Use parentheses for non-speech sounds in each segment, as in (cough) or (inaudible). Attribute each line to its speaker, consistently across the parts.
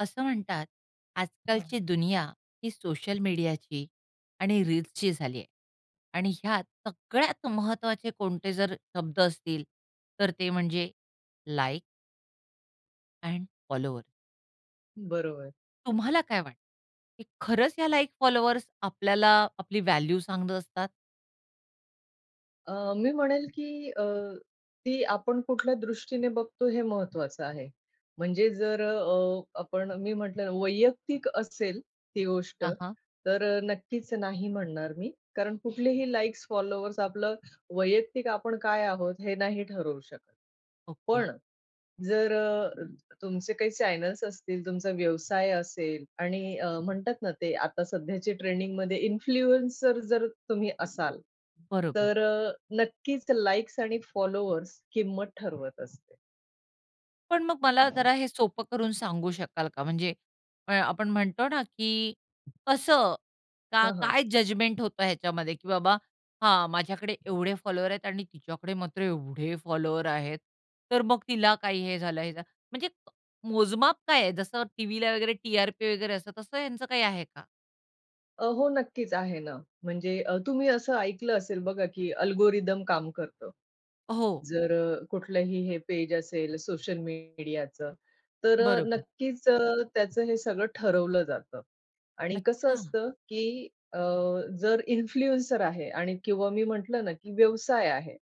Speaker 1: असं म्हणतात,
Speaker 2: हां,
Speaker 1: आजकालची दुनिया ही सोशल मीडियाची आणि रील्सची झाली आहे. आणि ह्यात सगळ्यात महत्त्वाचे कोणते जर शब्द असतील, तर ते म्हणजे लाइक एंड फॉलोवर.
Speaker 2: बरोबर.
Speaker 1: तुम्हाला काय वाटतं, की खरंच ह्या लाइक फॉलोवर्स आपल्याला आपली व्हॅल्यू सांगत असतात?
Speaker 2: मी म्हणेल की ती आपण कुठल्या दृष्टीने बघतो हे महत्वाचं आहे. म्हणजे जर आपण मी म्हटलं वैयक्तिक असेल ती गोष्ट,
Speaker 1: हां, हां.
Speaker 2: तर नक्कीच नाही म्हणणार मी. कारण कुठलेही लाइक्स, फॉलोवर्स आपलं वैयक्तिक आपण काय आहोत हे नाही ठरवू शकत.
Speaker 1: ओके,
Speaker 2: पण जर तुमचे काही चॅनल्स असतील, तुमचा व्यवसाय असेल आणि म्हणतात ना ते आता सध्याची ट्रेंडिंगमध्ये इन्फ्लुएन्सर जर तुम्ही असाल,
Speaker 1: बरोबर.
Speaker 2: तर नक्कीच लाइक्स आणि फॉलोअर्स किंमत ठरवत असते.
Speaker 1: पण मग मला जरा हे सोपं करून सांगू शकाल का? म्हणजे आपण म्हणतो ना, की कसं का
Speaker 2: हां, हां.
Speaker 1: काय जजमेंट होतं ह्याच्यामध्ये, की बाबा हा माझ्याकडे एवढे फॉलोवर आहेत आणि तिच्याकडे मात्र एवढे फॉलोवर आहेत. तर मग तिला काही हे झालं, हे झालं. म्हणजे मोजमाप काय आहे? जसं टीव्हीला वगैरे टी-आर-पी वगैरे असतं, तसं यांचं काही आहे का?
Speaker 2: हो, नक्कीच आहे ना. म्हणजे तुम्ही असं ऐकलं असेल बघा, की अल्गोरिदम काम करतं.
Speaker 1: हो,
Speaker 2: जर कुठलंही हे पेज असेल सोशल मीडियाचं, तर
Speaker 1: बरोबर.
Speaker 2: नक्कीच त्याचं हे सगळं ठरवलं जातं. आणि कसं
Speaker 1: अच्छा,
Speaker 2: असतं, की अ, जर इन्फ्लुएन्सर आहे आणि किंवा मी म्हटलं ना, की व्यवसाय आहे.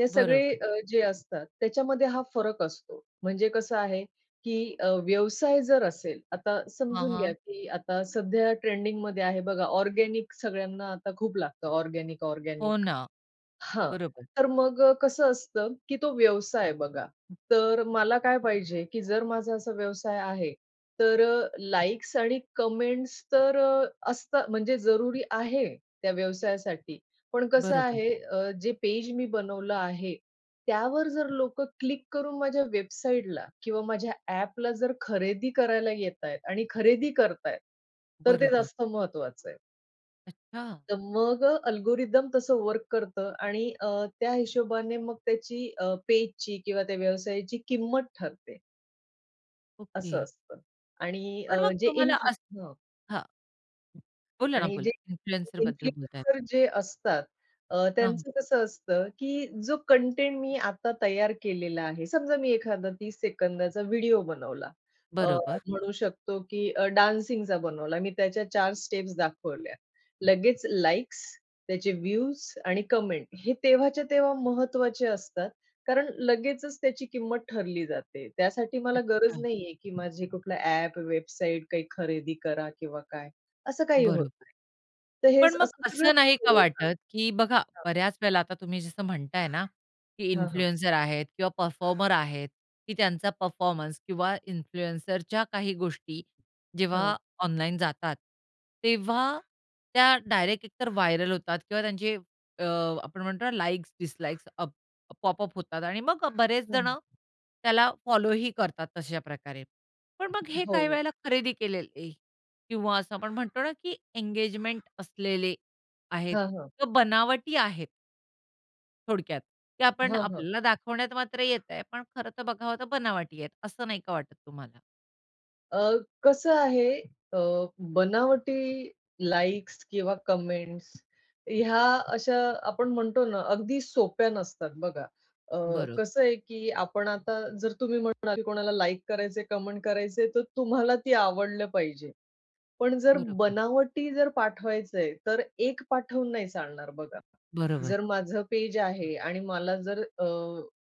Speaker 2: हे सगळे
Speaker 1: बरोबर.
Speaker 2: जे असतात त्याच्यामध्ये हा फरक असतो. म्हणजे कसं आहे, की व्यवसाय जर असेल, आता
Speaker 1: हां,
Speaker 2: समजून घ्या,
Speaker 1: हां.
Speaker 2: की आता सध्या ट्रेंडिंगमध्ये आहे बघा ऑर्गेनिक सगळ्यांना आता खूप लागतं ऑर्गेनिक,
Speaker 1: हो
Speaker 2: ऑर्गेनिक.
Speaker 1: ना.
Speaker 2: हां.
Speaker 1: बरोबर,
Speaker 2: तर मग कसं असतं, की तो व्यवसाय बघा, तर मला काय पाहिजे, की जर माझा असा व्यवसाय आहे, तर आणि कमेंट्स तर असतात म्हणजे जरुरी आहे त्या व्यवसायासाठी. पण कसं
Speaker 1: बरोबर,
Speaker 2: आहे जे पेज मी बनवलं आहे, त्यावर जर लोकं क्लिक करून माझ्या वेबसाईटला किंवा माझ्या ॲपला जर खरेदी करायला येतायत आणि खरेदी करतायत, तर ते
Speaker 1: बरोबर.
Speaker 2: जास्त महत्वाचं आहे.
Speaker 1: अच्छा,
Speaker 2: तर मग अल्गोरिदम तसं वर्क करतं आणि त्या हिशोबाने मग त्याची पेजची किंवा त्या व्यवसायाची किंमत ठरते,
Speaker 1: ओके.
Speaker 2: असं असतं. आणि अ,
Speaker 1: पण मग
Speaker 2: जे
Speaker 1: तुम्हाला
Speaker 2: इन्फ्लु
Speaker 1: हां. बोला ना,
Speaker 2: आणि
Speaker 1: बोला.
Speaker 2: जे
Speaker 1: इन्फ्लुएन्सरबद्दल बोलतायेत.
Speaker 2: इन्फ्लुएन्सर जे असतात
Speaker 1: हां, हां.
Speaker 2: त्यांचं कसं असतं, की जो कंटेंट मी आता तयार केलेला आहे, समजा मी एखादा 30 सेकंदाचा व्हिडिओ बनवला. अ,
Speaker 1: बरोबर.
Speaker 2: म्हणू शकतो, की डान्सिंगचा बनवला. मी त्याच्या चार स्टेप्स दाखवल्या. लगेच लाइक्स, त्याचे व्ह्यूज आणि कमेंट हे तेव्हाच्या तेव्हा महत्त्वाचे असतात. कारण लगेचच त्याची किंमत ठरली जाते. त्यासाठी मला गरज
Speaker 1: अच्छा.
Speaker 2: नाहीये, की माझी कुठला ॲप, वेबसाईट काही खरेदी करा किंवा काय, असं काही होत
Speaker 1: बरोबर.
Speaker 2: तर हे
Speaker 1: पण
Speaker 2: असं
Speaker 1: मग
Speaker 2: सगळं
Speaker 1: असं नाही का वाटत, की बघा बऱ्याच वेळेला आता तुम्ही जसं म्हणताय ना, की
Speaker 2: हां, हां, हां,
Speaker 1: इन्फ्लुएन्सर आहेत किंवा परफॉर्मर आहेत, की त्यांचा परफॉर्मन्स किंवा इन्फ्लुएन्सरच्या काही गोष्टी जेव्हा ऑनलाईन जातात, तेव्हा त्या डायरेक्ट एकतर व्हायरल होतात किंवा त्यांचे अ, आपण म्हणतो ना लाइक्स, पॉपअप होतात आणि मग बरेच
Speaker 2: हां,
Speaker 1: जण
Speaker 2: हां,
Speaker 1: त्याला फॉलोही करतात तशा प्रकारे. पण मग हे
Speaker 2: हो,
Speaker 1: काही
Speaker 2: हो.
Speaker 1: वेळेला खरेदी केलेले किंवा असं आपण म्हणतो ना, की एंगेजमेंट असलेले आहेत
Speaker 2: हां, हां,
Speaker 1: किंवा बनावटी आहेत थोडक्यात. ते आपण
Speaker 2: हां, हां.
Speaker 1: आपल्याला दाखवण्यात मात्र येत आहे, पण खरं तर बघावं तर बनावटी आहेत, असं नाही का वाटत तुम्हाला?
Speaker 2: अ, कसं आहे अ, बनावटी लाइक्स किंवा कमेंट्स ह्या अशा आपण म्हणतो ना, अगदी सोप्या नसतात बघा. अ,
Speaker 1: बरोबर,
Speaker 2: कसं आहे की आपण आता जर तुम्ही म्हणाल, की कोणाला लाइक करायचंय, कमेंट करायचंय, तर तुम्हाला ती आवडलं पाहिजे. पण जर
Speaker 1: बरोबर,
Speaker 2: बनावटी जर पाठवायचंय, तर एक पाठवून नाही चालणार बघा.
Speaker 1: बरोबर.
Speaker 2: जर माझं पेज आहे आणि मला जर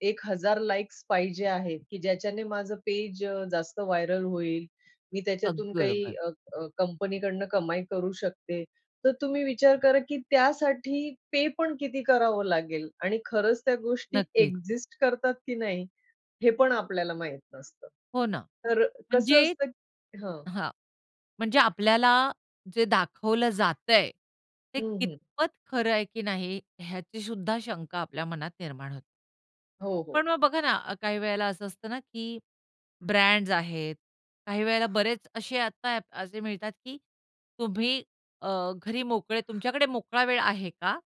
Speaker 2: 1000 लाइक्स पाहिजे आहेत, की ज्याच्याने माझं पेज जास्त व्हायरल होईल. मी त्याच्यातून
Speaker 1: अगदी
Speaker 2: काही
Speaker 1: बरोबर.
Speaker 2: अ, अ, कंपनीकडनं कमाई करू शकते. तर तुम्ही विचार करा, की त्यासाठी पे पण किती करावं लागेल आणि खरंच त्या गोष्टी
Speaker 1: नक्कीच.
Speaker 2: एक्झिस्ट करतात की नाही, हे पण आपल्याला माहीत नसतं.
Speaker 1: हो ना.
Speaker 2: तर
Speaker 1: म्हणजे
Speaker 2: कसं असतं हां.
Speaker 1: हां. म्हणजे आपल्याला जे दाखवलं जातंय, ते
Speaker 2: हं, हं.
Speaker 1: कितपत खरं आहे की नाही ह्याची सुद्धा शंका आपल्या मनात निर्माण होते.
Speaker 2: हो, हो.
Speaker 1: पण मग बघा ना, काही वेळेला असं असतं ना, की ब्रँड्स आहेत. काही वेळेला बरेच असे आता ॲप असे मिळतात, की तुम्ही अ, घरी मोकळे तुमच्याकडे मोकळा वेळ आहे का?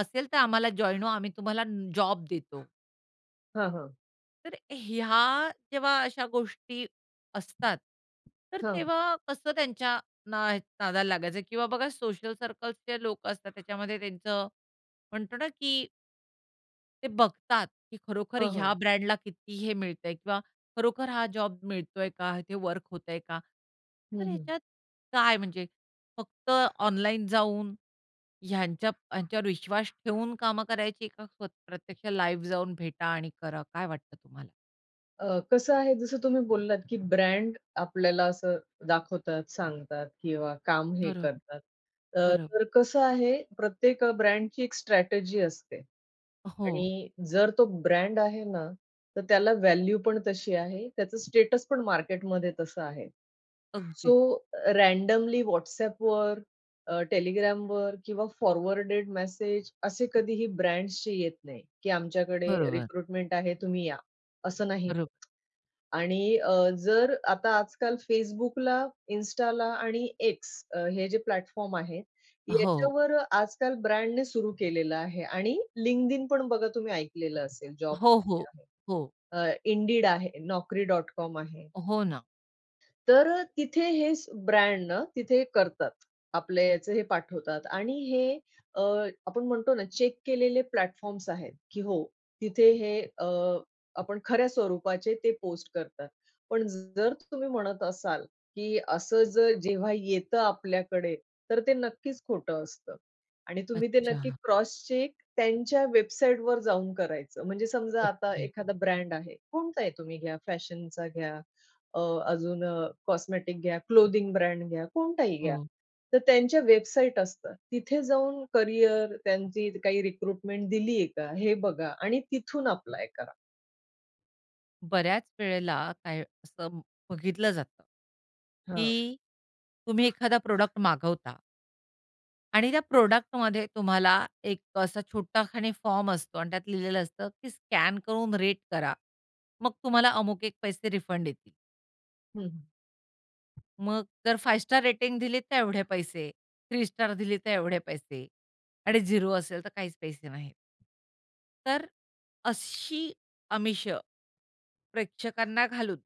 Speaker 1: असेल तर आम्हाला जॉइन व्हा, आम्ही तुम्हाला जॉब देतो.
Speaker 2: हां, हां.
Speaker 1: तर ह्या जेव्हा अशा गोष्टी असतात, तर
Speaker 2: हां.
Speaker 1: तेव्हा कसं त्यांच्या ना नादाला लागायचं किंवा बघा सोशल सर्कल्सचे लोक असतात त्याच्यामध्ये त्यांचं म्हणतो ना, की ते बघतात, की खरोखर
Speaker 2: हां,
Speaker 1: ह्या
Speaker 2: हां.
Speaker 1: ब्रँडला किती हे मिळतंय किंवा खरोखर हा जॉब मिळतोय का? ते वर्क होतंय का?
Speaker 2: हं,
Speaker 1: तर
Speaker 2: हं.
Speaker 1: ह्याच्यात काय म्हणजे फक्त ऑनलाईन जाऊन ह्यांच्यावर विश्वास ठेवून कामं करायची का प्रत्यक्ष लाईव्ह जाऊन भेटा आणि करा? काय वाटतं तुम्हाला?
Speaker 2: कसं आहे, जसं तुम्ही बोललात, की ब्रँड आपल्याला असं दाखवतात, सांगतात किंवा काम हे
Speaker 1: बरोबर,
Speaker 2: करतात. अ,
Speaker 1: बरोबर.
Speaker 2: तर कसं आहे, प्रत्येक ब्रँडची एक स्ट्रॅटेजी असते
Speaker 1: हो,
Speaker 2: आणि जर तो ब्रँड आहे ना, तर त्याला व्हॅल्यू पण तशी आहे. त्याचं स्टेटस पण मार्केटमध्ये तसं आहे. सो
Speaker 1: अगदीच.
Speaker 2: रँडमली WhatsAppवर, अ, किंवा फॉरवर्डेड मेसेज असे कधीही ब्रँड्सचे येत नाही, की आमच्याकडे
Speaker 1: बरोबर,
Speaker 2: रिक्रुटमेंट आहे, तुम्ही या. असं नाही.
Speaker 1: बरोबर.
Speaker 2: आणि जर आता आजकाल Facebookला, Instaला आणि एक्स, हे जे प्लॅटफॉर्म आहेत,
Speaker 1: हो.
Speaker 2: याच्यावर आजकाल ब्रँडने सुरू केलेलं आहे आणि LinkedIn पण बघा तुम्ही ऐकलेलं असेल
Speaker 1: हो, हो.
Speaker 2: जॉबसाठी आहे.
Speaker 1: हो.
Speaker 2: अ, Indeed आहे, Naukri.com आहे.
Speaker 1: हो ना.
Speaker 2: तर तिथे हे ब्रँड ना तिथे करतात. आपल्या याचे हे पाठवतात आणि हे अ, आपण म्हणतो ना चेक केलेले प्लॅटफॉर्म्स आहेत, की हो तिथे हे आपण खऱ्या स्वरूपाचे ते पोस्ट करतात. पण जर तुम्ही म्हणत असाल, की असं जर जेव्हा येतं आपल्याकडे, तर ते नक्कीच खोटं असतं आणि तुम्ही ते
Speaker 1: अच्छा.
Speaker 2: नक्की क्रॉस चेक त्यांच्या वेबसाईटवर जाऊन करायचं. म्हणजे समजा आता
Speaker 1: वेबसाईट.
Speaker 2: एखादा ब्रँड आहे, कोणताही तुम्ही घ्या, फॅशनचा घ्या अ, अजून कॉस्मेटिक घ्या, क्लोथिंग ब्रँड घ्या, कोणताही घ्या.
Speaker 1: हो.
Speaker 2: तर त्यांच्या वेबसाईट असतात. तिथे जाऊन करियर, त्यांची काही रिक्रुटमेंट दिली आहे का, हे बघा आणि तिथून अप्लाय करा.
Speaker 1: बऱ्याच वेळेला काय असं बघितलं जातं,
Speaker 2: हां.
Speaker 1: की तुम्ही एखादा प्रॉडक्ट मागवता आणि त्या प्रॉडक्टमध्ये तुम्हाला एक असा छोटाखानी फॉर्म असतो आणि त्यात लिहिलेलं असतं, की स्कॅन करून रेट करा. मग तुम्हाला अमुक एक पैसे रिफंड येतील.
Speaker 2: हं, हं.
Speaker 1: मग जर 5 स्टार रेटिंग दिली तर एवढे पैसे, 3 स्टार दिली तर एवढे पैसे आणि 0 असेल तर काहीच पैसे नाहीत. तर अशी आमिष प्रेक्षकांना घालून.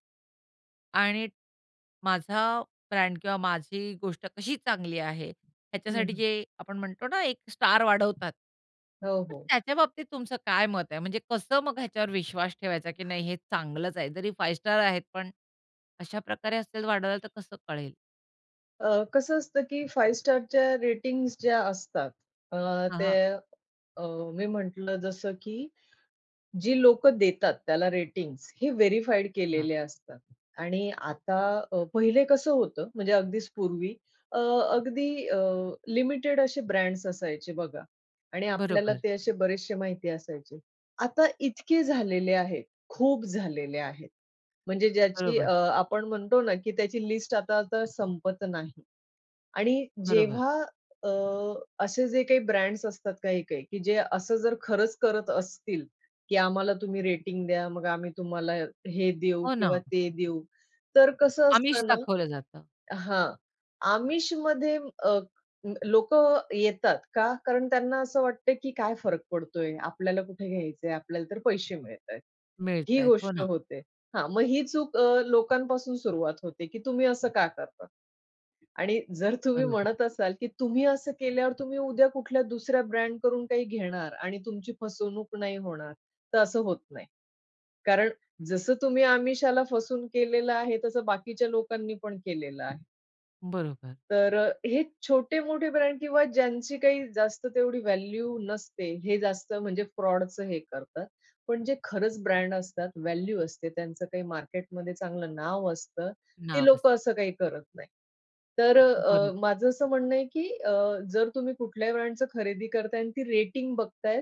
Speaker 1: आणि माझा ब्रँड किंवा माझी गोष्ट कशी चांगली आहे,
Speaker 2: हं,
Speaker 1: ह्याच्यासाठी
Speaker 2: हं.
Speaker 1: जे आपण म्हणतो ना, एक स्टार वाढवतात.
Speaker 2: हो,
Speaker 1: तर
Speaker 2: हो.
Speaker 1: त्याच्या बाबतीत तुमचं काय मत आहे? म्हणजे कसं मग ह्याच्यावर विश्वास ठेवायचा, की नाही हे चांगलंच आहे? जरी 5 स्टार आहेत, पण अशा प्रकारे असेल वाढवलं तर कसं कळेल?
Speaker 2: कसं असतं की 5 स्टारच्या रेटिंग्ज ज्या असतात, अ,
Speaker 1: हां,
Speaker 2: ते
Speaker 1: हां.
Speaker 2: अ, मी म्हटलं जसं की जी लोक देतात त्याला रेटिंग्स हे व्हेरिफाईड
Speaker 1: हां.
Speaker 2: केलेले असतात. आणि आता पहिले कसं होतं म्हणजे अगदीच पूर्वी अ, अगदी लिमिटेड असे ब्रँड्स असायचे बघा आणि आपल्याला
Speaker 1: बरोबर,
Speaker 2: ते असे बरेचसे माहिती असायचे. आता इतके झालेले आहेत, खूप झालेले आहेत. म्हणजे ज्याची
Speaker 1: बरोबर,
Speaker 2: आपण म्हणतो ना, की त्याची लिस्ट आता आता संपत नाही. आणि
Speaker 1: बरोबर.
Speaker 2: जेव्हा अ, असे जे काही ब्रँड्स असतात काही-काही, की जे असं जर खरंच करत असतील, की आम्हाला तुम्ही रेटिंग द्या, मग आम्ही तुम्हाला हे देऊ
Speaker 1: हो ना.
Speaker 2: किंवा ते देऊ. तर कसं
Speaker 1: आमिष
Speaker 2: असतं ना
Speaker 1: दाखवलं जातं.
Speaker 2: हां, आमिषमध्ये अ, लोकं येतात का? कारण त्यांना असं वाटतं, की काय फरक पडतोय? आपल्याला कुठे घ्यायचंय? आपल्याला तर पैसे मिळतायत. ही
Speaker 1: मिळतायत. हो
Speaker 2: गोष्ट
Speaker 1: ना.
Speaker 2: होते. हां, मग ही चूक लोकांपासून सुरुवात होते, की तुम्ही असं का करता? आणि जर तुम्ही
Speaker 1: बरोबर,
Speaker 2: म्हणत असाल, की तुम्ही असं केल्यावर तुम्ही उद्या कुठल्या दुसऱ्या ब्रँडकडून काही घेणार आणि तुमची फसवणूक नाही होणार, तर असं होत नाही. कारण जसं तुम्ही आमिषाला फसून केलेलं आहे, तसं बाकीच्या लोकांनी पण केलेलं आहे.
Speaker 1: बरोबर.
Speaker 2: तर हे छोटे-मोठे ब्रँड किंवा ज्यांची काही जास्त तेवढी व्हॅल्यू नसते, हे जास्त म्हणजे फ्रॉडचं हे करतात. पण जे खरंच ब्रँड असतात, व्हॅल्यू असते, त्यांचं काही मार्केटमध्ये चांगलं नाव असतं, ती
Speaker 1: नाव असतं.
Speaker 2: लोकं असं काही करत नाही. तर
Speaker 1: बरोबर,
Speaker 2: माझं असं म्हणणं आहे, की जर तुम्ही कुठल्याही ब्रँडचं खरेदी करताय आणि ती रेटिंग बघताय,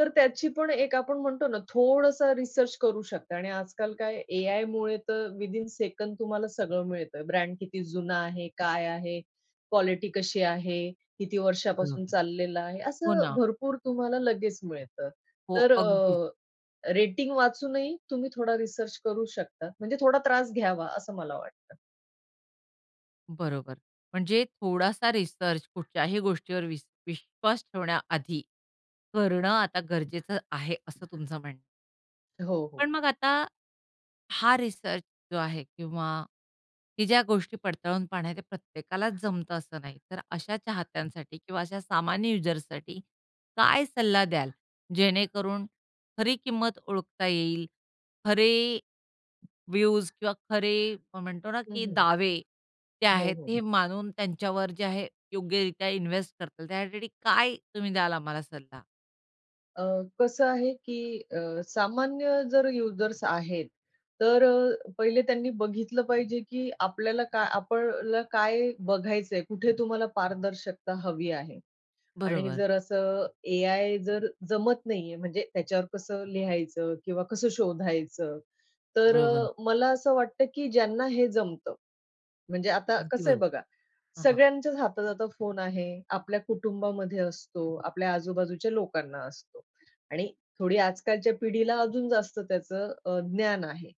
Speaker 2: तर त्याची पण एक आपण म्हणतो ना, थोडासा रिसर्च करू शकता आणि आजकाल काय एआयमुळे तर विदिन सेकंद तुम्हाला सगळं मिळतंय. ब्रँड किती जुना आहे, काय आहे, क्वालिटी कशी आहे, किती वर्षापासून
Speaker 1: बरोबर.
Speaker 2: चाललेलं आहे,
Speaker 1: हो ना.
Speaker 2: असं भरपूर तुम्हाला लगेच मिळतं.
Speaker 1: हो,
Speaker 2: तर
Speaker 1: अगदीच.
Speaker 2: रेटिंग वाचूनही तुम्ही थोडा रिसर्च करू शकता. म्हणजे थोडा त्रास घ्यावा असं मला वाटतं.
Speaker 1: बरोबर. म्हणजे थोडासा रिसर्च कुठच्याही गोष्टीवर विश्वास ठेवण्याआधी करणं आता गरजेचं आहे, असं तुमचं म्हणणं
Speaker 2: हो, हो.
Speaker 1: पण मग आता हा रिसर्च जो आहे किंवा ही ज्या गोष्टी पडताळून पाहण्या ते प्रत्येकालाच जमतं असं नाही. तर अशा चाहत्यांसाठी किंवा अशा सामान्य युजर्ससाठी काय सल्ला द्याल? जेणेकरून खरी किंमत ओळखता येईल, खरे व्ह्यूज किंवा खरे म्हणतो ना, की
Speaker 2: हं,
Speaker 1: दावे ते
Speaker 2: हो,
Speaker 1: आहेत
Speaker 2: हो.
Speaker 1: ते मानून त्यांच्यावर जे आहे योग्यरित्या इन्व्हेस्ट करता त्यासाठी काय तुम्ही द्याल आम्हाला सल्ला?
Speaker 2: अ, कसं आहे, की सामान्य जर युजर्स आहेत, तर पहिले त्यांनी बघितलं पाहिजे, की आपल्याला काय बघायचंय, कुठे तुम्हाला पारदर्शकता हवी आहे. आणि
Speaker 1: बरोबर,
Speaker 2: जर असं एआय जर जमत नाहीये, म्हणजे त्याच्यावर कसं लिहायचं किंवा कसं शोधायचं? तर
Speaker 1: बरोबर.
Speaker 2: मला असं वाटतं की ज्यांना हे जमतं, म्हणजे आता
Speaker 1: अगदी
Speaker 2: कसं आहे
Speaker 1: बरोबर.
Speaker 2: बघा,
Speaker 1: हां, हां.
Speaker 2: सगळ्यांच्याच हातात आता फोन आहे. आपल्या कुटुंबामध्ये असतो, आपल्या आजूबाजूच्या लोकांना असतो आणि थोडी आजकालच्या पिढीला अजून जास्त त्याचं ज्ञान आहे.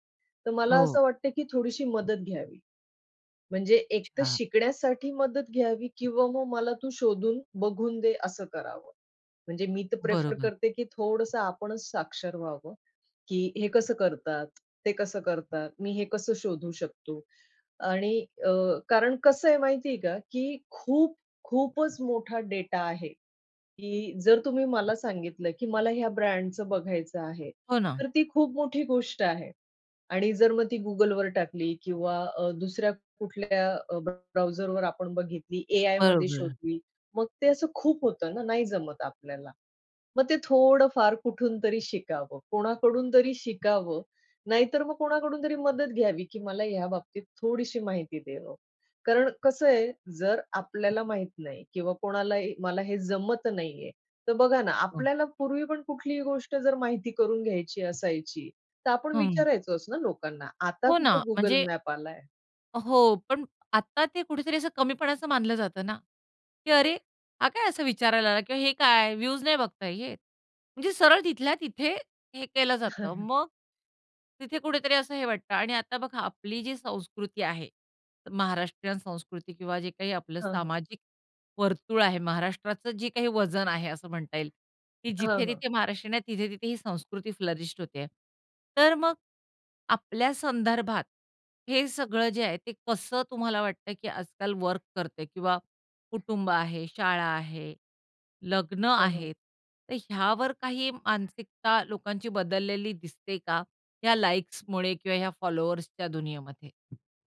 Speaker 2: तर मला
Speaker 1: हो.
Speaker 2: असं वाटतं की थोडीशी मदत घ्यावी. म्हणजे एक तर
Speaker 1: अच्छा.
Speaker 2: शिकण्यासाठी मदत घ्यावी किंवा मग मला तू शोधून बघून दे असं करावं. म्हणजे मी तर प्रेफर
Speaker 1: बरोबर.
Speaker 2: करते, की थोडंसं आपणच साक्षर व्हावं, की हे कसं करतात? ते कसं करतात? मी हे कसं शोधू शकतो? आणि अ, कारण कसं आहे माहिती आहे का, की खूप, खूपच मोठा डेटा आहे, की जर तुम्ही मला सांगितलं, की मला ह्या ब्रँडचं बघायचं आहे,
Speaker 1: हो ना.
Speaker 2: तर ती खूप मोठी गोष्ट आहे. आणि जर मग ती Googleवर टाकली किंवा दुसऱ्या कुठल्या ब्राउझरवर आपण बघितली, एआयमध्ये
Speaker 1: बरोबर.
Speaker 2: शोधली, मग ते असं खूप होतं ना, नाही जमत आपल्याला. मग ते थोडं फार कुठून तरी शिकावं, कोणाकडून तरी शिकावं. नाहीतर मग कोणाकडून तरी मदत घ्यावी, की मला ह्या बाबतीत थोडीशी माहिती दे हो. कारण कसं आहे, जर आपल्याला माहीत नाही किंवा कोणाला मला हे जमत नाहीये, तर बघा ना,
Speaker 1: हो.
Speaker 2: आपल्याला पूर्वी पण कुठलीही गोष्ट जर माहिती करून घ्यायची असायची, तर आपण
Speaker 1: हं.
Speaker 2: विचारायचोच ना लोकांना. आता
Speaker 1: हो ना.
Speaker 2: कुठे Google
Speaker 1: म्हणजे
Speaker 2: मॅप आलाय.
Speaker 1: हो, पण आता ते कुठेतरी असं कमीपणाचं मानलं जातं ना, की "अरे, हा काय असं विचारायला आला?" किंवा "हे काय? व्ह्यूज नाही बघता येत." म्हणजे सरळ तिथल्या तिथे हे केलं जातं.
Speaker 2: (laughs)
Speaker 1: मग तिथे कुठेतरी असं हे वाटतं आणि आता बघा आपली जी संस्कृती आहे, महाराष्ट्रीयन संस्कृती किंवा जे काही आपलं
Speaker 2: हां, हां.
Speaker 1: सामाजिक वर्तुळ आहे, महाराष्ट्राचं जे काही वजन आहे असं म्हणता येईल, की
Speaker 2: हां, हां.
Speaker 1: जिथे-तिथे महाराष्ट्रीयन आहे, तिथे-तिथे ही संस्कृती फ्लरिश्ड होते आहे. तर मग आपल्या संदर्भात हे सगळं जे आहे, ते कसं तुम्हाला वाटतं की आजकाल वर्क करतंय किंवा कुटुंब आहे, शाळा आहे, लग्न
Speaker 2: हां,
Speaker 1: आहेत, तर ह्यावर काही मानसिकता लोकांची बदललेली दिसते का? या लाइक्समुळे किंवा ह्या फॉलोअर्सच्या दुनियेमध्ये?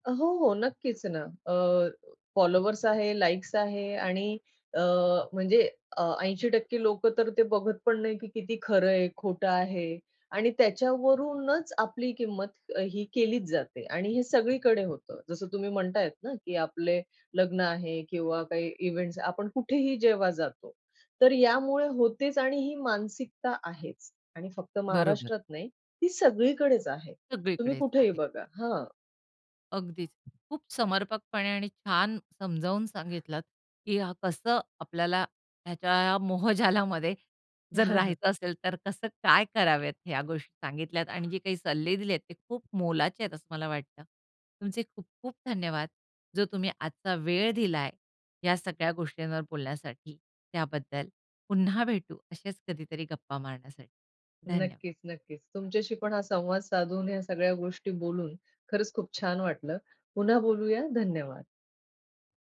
Speaker 2: हो, हो. नक्कीच ना. फॉलोवर्स आहे, लाइक्स आहे आणि अ, म्हणजे 80% लोकं तर ते बघत पण नाही, की किती खरं आहे, खोटं आहे आणि त्याच्यावरूनच आपली किंमत ही केलीच जाते आणि हे सगळीकडे होतं. जसं तुम्ही म्हणतायत ना, की आपले लग्न आहे किंवा काही इव्हेंट्स आपण कुठेही जेव्हा जातो. तर यामुळे होतेच आणि ही मानसिकता आहेच आणि फक्त
Speaker 1: बरोबर,
Speaker 2: महाराष्ट्रात नाही, ती सगळीकडेच आहे. तुम्ही
Speaker 1: सगळीकडेच
Speaker 2: कुठेही
Speaker 1: आहे.
Speaker 2: बघा. हां.
Speaker 1: अगदीच. खूप समर्पकपणे आणि छान समजावून सांगितलात, की हा कसं आपल्याला ह्याच्या ह्या मोहजालामध्ये जर
Speaker 2: (laughs)
Speaker 1: राहायचं असेल, तर कसं काय कराव्यात ह्या गोष्टी सांगितल्यात आणि जे काही सल्ले दिलेत ते खूप मोलाचे आहेत असं मला वाटतं. तुमचे खूप खूप धन्यवाद. जो तुम्ही आजचा वेळ दिलाय या सगळ्या गोष्टींवर बोलण्यासाठी त्याबद्दल. पुन्हा भेटू अशाच कधीतरी गप्पा मारण्यासाठी. धन्यवाद.
Speaker 2: नक्कीच, नक्कीच. तुमच्याशी पण हा संवाद साधून, ह्या सगळ्या गोष्टी बोलून खरंच खूप छान वाटलं. पुन्हा बोलूया. धन्यवाद.